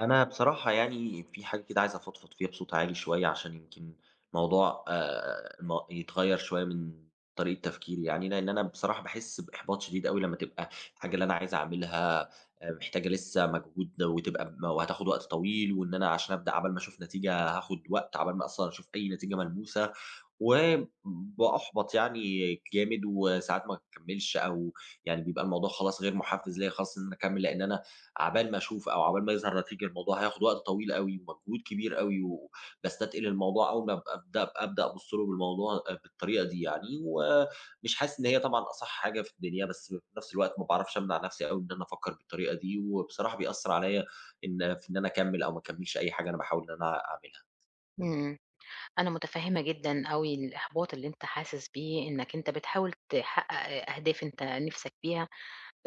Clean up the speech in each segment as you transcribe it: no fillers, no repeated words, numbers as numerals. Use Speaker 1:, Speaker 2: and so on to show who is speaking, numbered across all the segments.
Speaker 1: أنا بصراحة يعني في حاجة كده عايز أفضفض فيها بصوت عالي شوية عشان يمكن موضوع الم يتغيّر شوية من طريقة تفكيري يعني. لإن أنا بصراحة باحس بإحباط شديد أوي لمّا تبقى الحاجة اللي أنا عايز أعملها محتاجة لسه مجهود وتبقى وهتاخد وقت طويل، وإن أنا عشان أبدأ عقبال ما أشوف نتيجة هاخد وقت، عقبال ما أصلًا أشوف أي نتيجة ملموسة، وباحبط يعني جامد وساعات ما باكمّلش أو يعني بيبقى الموضوع خلاص غير مُحفّز ليّا خالص إن أنا أكمّل، لإن أنا عقبال ما أشوف أو عقبال ما يظهر نتيجة الموضوع هياخد وقت طويل أوي ومجهود كبير أوي و باستتقل الموضوع أول ما اب أبدأ أبدأ أبُص له بالموضوع بالطريقة دي يعني. ومش حاسس إن هي طبعًا أصح حاجة في الدنيا، بس في نفس الوقت ما باعرفش أمنع نفسي أوي إن أنا أفكّر بالطريقة دي، وبصراحة بيأثّر عليّا إن أنا أكمّل أو ما أكمّلش أي حاجة أنا باحاول إن أنا أعملها.
Speaker 2: إمم، أنا متفهمة جدًا أوي الإحباط اللي أنت حاسس بيه، إنك أنت بتحاول تحقق أهداف أنت نِفْسك فيها،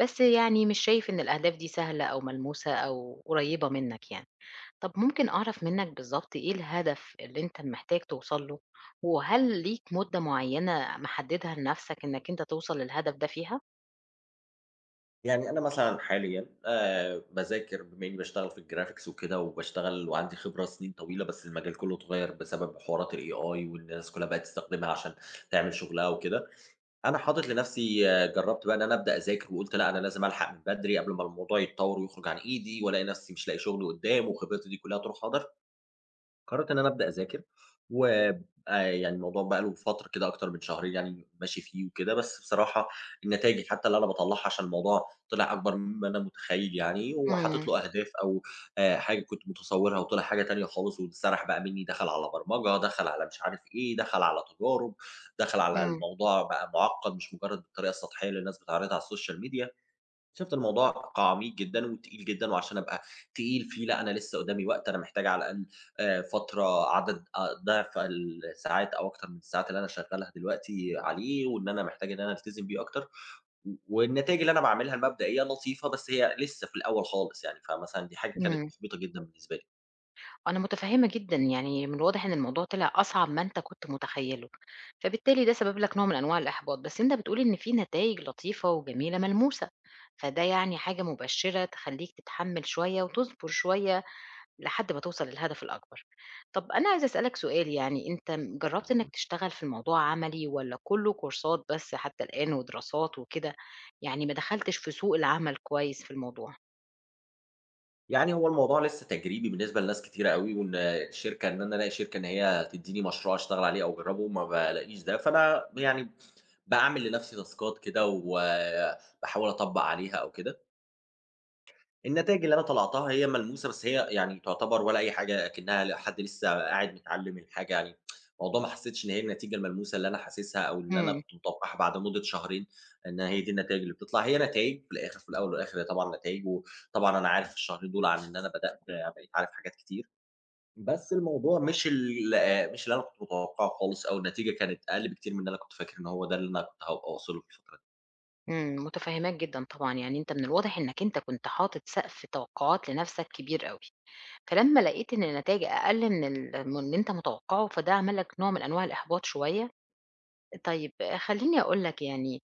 Speaker 2: بس يعني مش شايف إن الأهداف دي سهلة أو ملموسة أو قريبة منك يعني. طَب ممكن أعرف منك بالضبط إيه الهدف اللي أنت محتاج توصل له، وهل ليك مدة معيّنة محددها لنَفْسك إنك أنت توصل للهدف ده فيها؟
Speaker 1: يعني أنا مثلًا حاليًا باذاكر بما إني باشتغل في الgraphics وكده، وباشتغل وعندي خبرة سنين طويلة، بس المجال كله اتغيّر بسبب حوارات الAI والناس كلها بقت تستخدمها عشان تعمل شغلها وكده. أنا حاطط لنفسي آه، جرّبت بقى إن أنا أبدأ أذاكر وقُلت لأ، أنا لازم ألحق من بدري قبل ما الموضوع يتطوّر ويخرج عن إيدي وألاقي نفسي مش لاقي شغل قدّام وخبرتي دي كلها تروح هدر. قررت إن أنا أبدأ أذاكر، وآآ يعني الموضوع بقى له فترة كده أكتر من شهرين يعني ماشي فيه وكده. بس بصراحة النتايج حتى اللي أنا باطلّعها عشان الموضوع طلع أكبر مما أنا متخيّل يعني، وحاطط
Speaker 2: إمم،
Speaker 1: له أهداف أو حاجة كنت متصورها وطلع حاجة تانية خالص، واتسرح بقى مني دخل على برمجة، دخل على مش عارف إيه، دخل على تجارب، دخل على
Speaker 2: إمم،
Speaker 1: الموضوع بقى معقّد مش مجرد بالطريقة السطحية اللي الناس بتعرضها على السوشيال ميديا. شُفت الموضوع عميق جدًا وتقيل جدًا، وعشان أبقى تقيل فيه لأ، أنا لسه قدامي وقت، أنا محتاج على الأقل فترة عدد أ ضِعف الساعات أو أكتر من الساعات اللي أنا شغّالها دلوقتي عليه، وإن أنا محتاج إن أنا ألتزم بيه أكتر، والنتايج اللي أنا باعملها المبدئية لطيفة، بس هي لسه في الأول خالص يعني. فمثلًا دي حاجة كانت
Speaker 2: إمم.
Speaker 1: محبطة جدًا بالنسبة
Speaker 2: أنا متفهمة جدًا، يعني من الواضح إن الموضوع طلع أصعب ما أنت كنت متخيّله، فبالتالي ده سبب لك نوع من أنواع الإحباط، بس أنت بتقول إن في نتايج لطيفة وجميلة ملموسة، فده يعني حاجة مبشرة تخلّيك تتحمّل شوية وتصبر شوية لحد ما توصل للهدف الأكبر. طب أنا عايزة أسألك سؤال يعني أنت جرّبت إنك
Speaker 1: لي.
Speaker 2: تشتغل في الموضوع عملي والّا كلّه كورسات بس حتى الآن ودراسات وكده، يعني ما دخلتش في سوق العمل كويس في الموضوع؟
Speaker 1: يعني هو الموضوع لسه تجريبي بالنسبة لناس كتيرة أوي، وإن الشركة إن أنا ألاقي شركة إن هي تدّيني مشروع أشتغل عليه أو أجرّبه ما بالاقيش ده، فأنا يعني باعمل لنفسي تاسكات كده وباحاول أطبّق عليها أو كده. النتايج اللي أنا طلعتها هي ملموسة، بس هي يعني تعتبر ولا أي حاجة أكنّها حد لسه قاعد متعلّم الحاجة يعني. الموضوع ما حسّيتش إن هي النتيجة الملموسة اللي أنا حاسسها أو اللي أنا
Speaker 2: إمم.
Speaker 1: كنت متوقّعها بعد مدة شهرين إن هي دي النتايج اللي بتطلع. هي نتايج في الأول والآخر هي طبعًا نتايج، وطبعًا أنا عارف الشهرين دول عن إن أنا بدأت بقيت عارف حاجات كتير، بس الموضوع مش اللي أنا كنت متوقّعه خالص أو النتيجة كانت أقل بكتير من اللي أنا كنت فاكر إن هو ده اللي أنا كنت هابقى واصل له في الفترة دي.
Speaker 2: إمم، متفهماك جدًا طبعًا، يعني أنت من الواضح إنك أنت كنت حاطط سقف توقعات لنفسك كبير أوي، فلمّا لقيت إن النتايج أقل من من اللي أنت متوقعه، فده عمل لك نوع من أنواع الإحباط شوية. طيب آه، خلّيني أقول لك يعني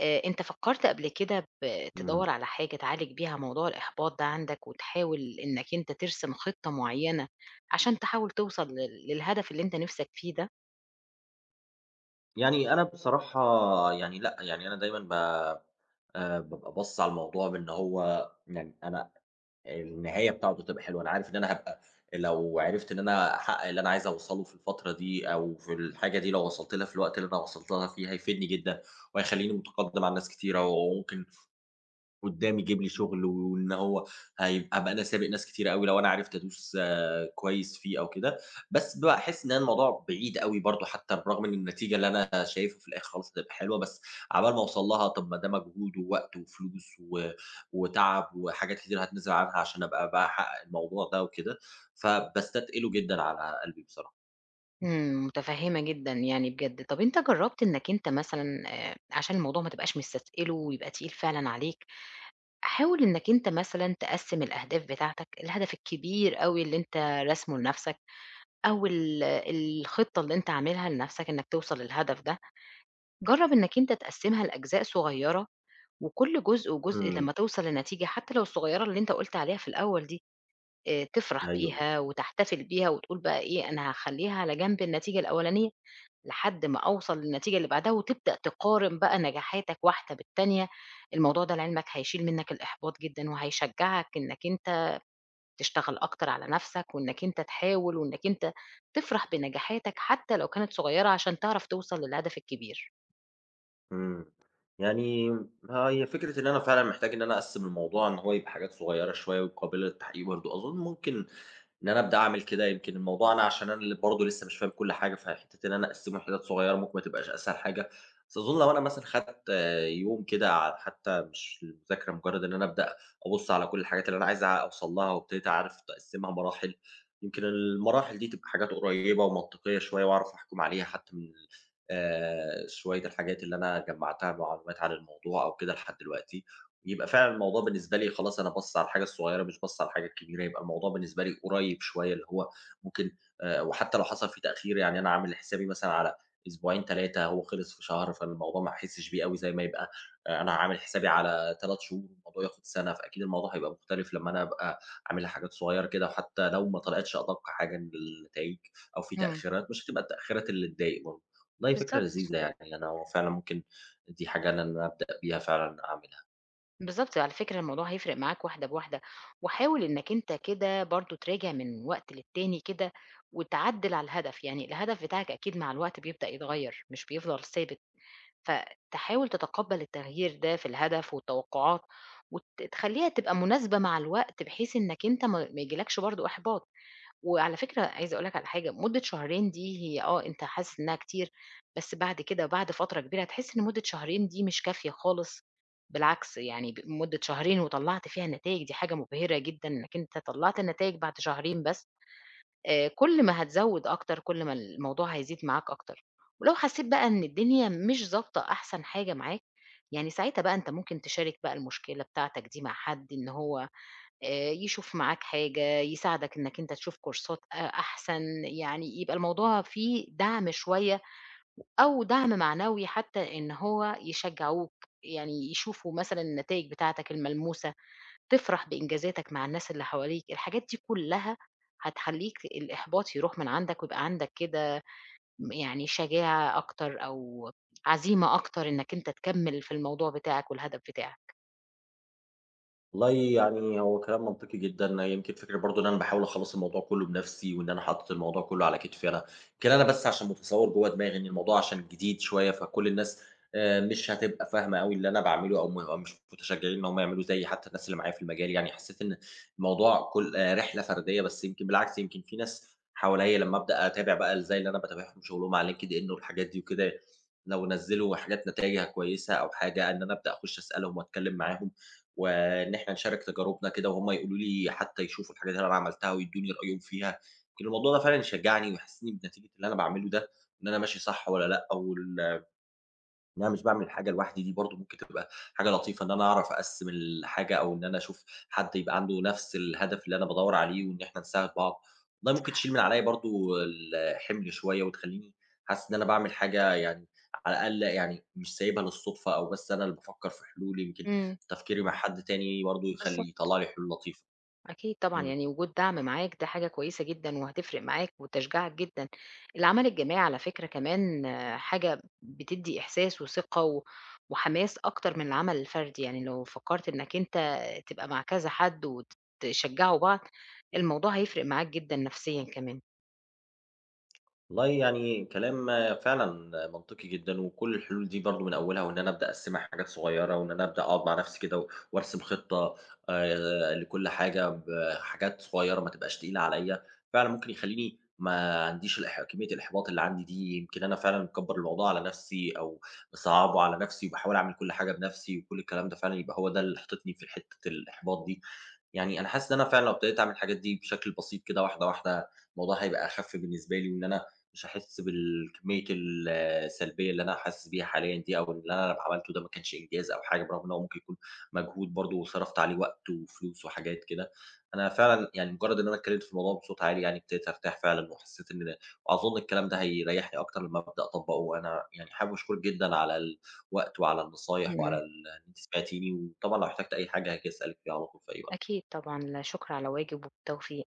Speaker 2: أنت فكرت قبل كده تدوّر
Speaker 1: إمم.
Speaker 2: على حاجة تعالج بيها موضوع الإحباط ده عندك، وتحاول إنك أنت ترسم خطة معيّنة عشان تحاول توصل للهدف اللي أنت نِفْسك فيه ده؟
Speaker 1: يعني أنا بصراحة يعني لأ، يعني أنا دايمًا ب بابقى باصص على الموضوع بإن هو يعني أنا النهاية بتاعته تبقى حلوة. أنا عارف إن أنا هابقى لو عرفت إن أنا أحقق اللي أنا عايز أوصله في الفترة دي أو في الحاجة دي لو وصلت لها في الوقت اللي أنا وصلت لها فيه هيفيدني جدًا، وهيخلّيني متقدم عن ناس كتيرة، وممكن قدّام يجيب لي شغل، وإن هو هابقى أنا سابق ناس كتيرة أوي لو أنا عرفت أدوس آه، كويس فيه أو كده. بس باحس إن أنا الموضوع بعيد أوي برضه حتى بالرغم إن النتيجة اللي أنا شايفها في الآخر خلاص هتبقى حلوة، بس عقبال ما أوصل لها طب ما ده مجهود ووقت وفلوس وتعب وحاجات كتير هاتنازل عنها عشان أبقى باحقق الموضوع ده وكده، فباستتقله جدًا على قلبي بصراحة.
Speaker 2: إمم، متفهمة جدًا يعني بجد. طب أنت جربت إنك أنت مثلًا عشان الموضوع ما تبقاش مستثقله ويبقى تقيل فعلًا عليك، حاول إنك أنت مثلًا تقسّم الأهداف بتاعتك، الهدف الكبير أوي اللي أنت راسمه لنفسك أو الخطة اللي أنت عاملها لنفسك إنك توصل للهدف ده، جرّب إنك أنت تقسّمها لأجزاء صغيرة، وكل جزء وجزء
Speaker 1: إمم،
Speaker 2: لمّا توصل لنتيجة حتى لو الصغيرة اللي أنت قُلت عليها في الأول دي، تفرح
Speaker 1: أيوه.
Speaker 2: بيها وتحتفل بيها وتقول بقى إيه أنا هاخلّيها على جنب النتيجة الأولانية لحد ما أوصل للنتيجة اللي بعدها، وتبدأ تقارن بقى نجاحاتك واحدة بالتانية، الموضوع ده لعلمك هيشيل منك الإحباط جدًا، وهيشجعك إنك أنت تشتغل أكتر على نفسك، وإنك أنت تحاول، وإنك أنت تفرح بنجاحاتك حتى لو كانت صغيرة عشان تعرف توصل للهدف الكبير.
Speaker 1: إمم. يعني ها هي فكرة إن أنا فعلًا محتاج إن أنا أقسّم الموضوع إن هو يبقى حاجات صغيّرة شوية وقابلة للتحقيق برضه. أظُن ممكن إن أنا أبدأ أعمل كده يمكن الموضوع أنا عشان أنا اللي برضه لسه مش فاهم كل حاجة، فحتّة إن أنا أقسّمه لحتت صغيّرة ممكن ما تبقاش أسهل حاجة، بس أظن لو أنا مثلًا خدت آه، يوم كده حتى مش المذاكرة مجرّد إن أنا أبدأ أبُص على كل الحاجات اللي أنا عايز أوصل لها وابتديت أعرف أقسّمها مراحل، يمكن المراحل دي تبقى حاجات قريّبة ومنطقية شوية وأعرف أحكُم عليها حتى من شوية الحاجات اللي أنا جمّعتها معلومات عن الموضوع أو كده لحد دلوقتي. يبقى فعلًا الموضوع بالنسبة لي خلاص أنا باصص على الحاجة الصغيّرة مش باصص على الحاجة الكبيرة، يبقى الموضوع بالنسبة لي قريّب شوية، اللي هو ممكن وحتّى لو حصل فيه تأخير يعني أنا عامل حسابي مثلًا على أسبوعين، 3 هو خلص في شهر، فالموضوع ما هاحسّش بيه أوي زي ما يبقى أنا عامل حسابي على 3 شهور والموضوع ياخد سَنة، فأكيد الموضوع هيبقى مختلف لمّا أنا أبقى عاملها حاجات صغيّرة كده، وحتّى لو ما طلعتش أدق حاجة من النتايج أو في
Speaker 2: إمم،
Speaker 1: تأخيرات، مش هتبقى التأخيرات اللي تضايق برضه. والله فكرة
Speaker 2: بالضبط،
Speaker 1: لذيذة يعني، أنا هو فعلًا ممكن دي حاجة إن أنا أبدأ بيها فعلًا أعملها.
Speaker 2: بالضبط، على فكرة الموضوع هيفرق معاك واحدة بواحدة، وحاول إنك أنت كده برضه تراجع من وقت للتاني كده، وتعدِّل على الهدف، يعني الهدف بتاعك أكيد مع الوقت بيبدأ يتغير، مش بيفضل ثابت. فتحاول تتقبّل التغيير ده في الهدف والتوقعات وت تخلّيها تبقى مناسبة مع الوقت، بحيث إنّك أنت ما ييجيلكش برضه إحباط. وعلى فكرة عايزة أقول لك على حاجة، مدة شهرين دي هي آه، أنت حاسس إنّها كتير، بس بعد كده بعد فترة كبيرة هتحس إن مدة شهرين دي مش كافية خالص، بالعكس يعني مدة شهرين وطلّعت فيها نتايج، دي حاجة مبهرة جدًا إنّك أنت طلّعت النتايج بعد شهرين بس. كل ما هتزوّد أكتر، كل ما الموضوع هيزيد معاك أكتر. ولو حسّيت بقى إن الدنيا مش ضابطة أحسن حاجة معاك، يعني ساعتها بقى أنت ممكن تشارك بقى المشكلة بتاعتك دي مع حد، إن هو يشوف معاك حاجة، يساعدك إنّك أنت تشوف كورسات أحسن، يعني يبقى الموضوع فيه دعم شوية أو دعم معنوي حتّى إن هو يشجّعوك، يعني يشوفوا مثلًا النتايج بتاعتك الملموسة. تفرح بإنجازاتك مع الناس اللي حواليك، الحاجات دي كلّها هتخلّيك الإحباط يروح من عندك ويبقى عندك كده يعني شجاعة أكتر أو عزيمة أكتر إنّك أنت تكمّل في الموضوع بتاعك والهدف بتاعك.
Speaker 1: والله يعني هو كلام منطقي جدًا، يمكن فكرة برضه إن أنا باحاول أخلّص الموضوع كلّه بنَفْسي، وإن أنا حاطط الموضوع كلّه على كتفي أنا، يمكن أنا بس عشان متصوّر جوّه دماغي إن الموضوع عشان جديد شوية، فكل الناس مش هتبقى فاهمة أوي اللي أنا باعمله أو مش متشجعين إن هم يعملوا زيي حتى الناس اللي معايا في المجال، يعني حسّيت إن الموضوع كل رحلة فردية، بس يمكن بالعكس يمكن في ناس حواليّا لمّا أبدأ أتابع بقى زي اللي أنا باتابعهم شغلهم على LinkedIn والحاجات دي وكده، لو نزّلوا حاجات نتايجها كويسة أو حاجة إن أنا أبدأ أخُش أسألهم وأتكلّم معاهم. وإن إحنا نشارك تجاربنا كده وهُم يقولوا لي حتى يشوفوا الحاجات اللي أنا عملتها ويدّوني رأيهم فيها، يمكن الموضوع ده فعلًا يشجّعني ويحسّسني بنتيجة اللي أنا باعمله ده، إن أنا ماشي صح والّا لأ وال إن أنا مش باعمل حاجة لوحدي دي برضه ممكن تبقى حاجة لطيفة، إن أنا أعرف أقسّم الحاجة أو إن أنا أشوف حد يبقى عنده نفس الهدف اللي أنا بادوّر عليه وإن إحنا نساعد بعض. والله ممكن تشيل من عليّا برضه الحِمل شوية وتخلّيني حاسس إن أنا باعمل حاجة يعني على الأقل يعني مش سايبها للصُدفة أو بس أنا اللي بافكّر في حلول، يمكن
Speaker 2: إمم.
Speaker 1: تفكيري مع حد تاني برضه يخلّي
Speaker 2: بالضبط.
Speaker 1: يطلّع لي حلول لطيفة.
Speaker 2: أكيد طبعًا،
Speaker 1: إمم.
Speaker 2: يعني وجود دعم معاك ده حاجة كويسة جدًا وهتفرق معاك وتشجعك جدًا. العمل الجماعي على فكرة كمان آه، حاجة بتدّي إحساس وثقة وحماس أكتر من العمل الفردي، يعني لو فكّرت إنّك أنت تبقى مع كذا حد تشجّعوا بعض، الموضوع هيفرق معاك جدًا نفسيًا كمان.
Speaker 1: والله يعني كلام فعلًا منطقي جدًا، وكل الحلول دي برضه من أولها وإن أنا أبدأ أقسّمها حاجات صغيّرة، وإن أنا أبدأ أقعد مع نفسي كده وأرسم خطة لكل حاجة بحاجات صغيّرة ما تبقاش تقيلة عليّا، فعلًا ممكن يخلّيني ما عنديش كمية الإحباط اللي عندي دي، يمكن أنا فعلًا مكبّر الموضوع على نفسي أو مصعّبه على نفسي، وباحاول أعمل كل حاجة بنفسي، وكل الكلام ده فعلًا يبقى هو ده اللي حاططني في حتّة الإحباط دي. يعني أنا حاسس إن أنا فعلًا لو ابتديت أعمل الحاجات دي بشكل بسيط كده واحدة واحدة، الموضوع هيبقى أخف بالنسبة لي، وإن أنا مش هاحس بالكمية السلبية اللي أنا حاسس بيها حاليًا دي، أو اللي أنا عملته ده ما كانش إنجاز أو حاجة، برغم إن هو ممكن يكون مجهود برضه وصرفت عليه وقت وفلوس وحاجات كده. أنا فعلًا يعني مجرد إن أنا اتكلمت في الموضوع بصوت عالي يعني ابتديت أرتاح فعلًا، وحسيت إن ده، وأظن الكلام ده هيريحني أكتر لما أبدأ أطبّقه، وأنا يعني حابب أشكرِك جدًا على الوقت وعلى النصايح وعلى
Speaker 2: إمم.
Speaker 1: إن أنتِ سمعتيني، وطبعًا لو احتجت أي حاجة هاجي أسألِك فيها على طول في أي وقت.
Speaker 2: أكيد طبعًا، لا شُكر على واجب وبالتوفيق.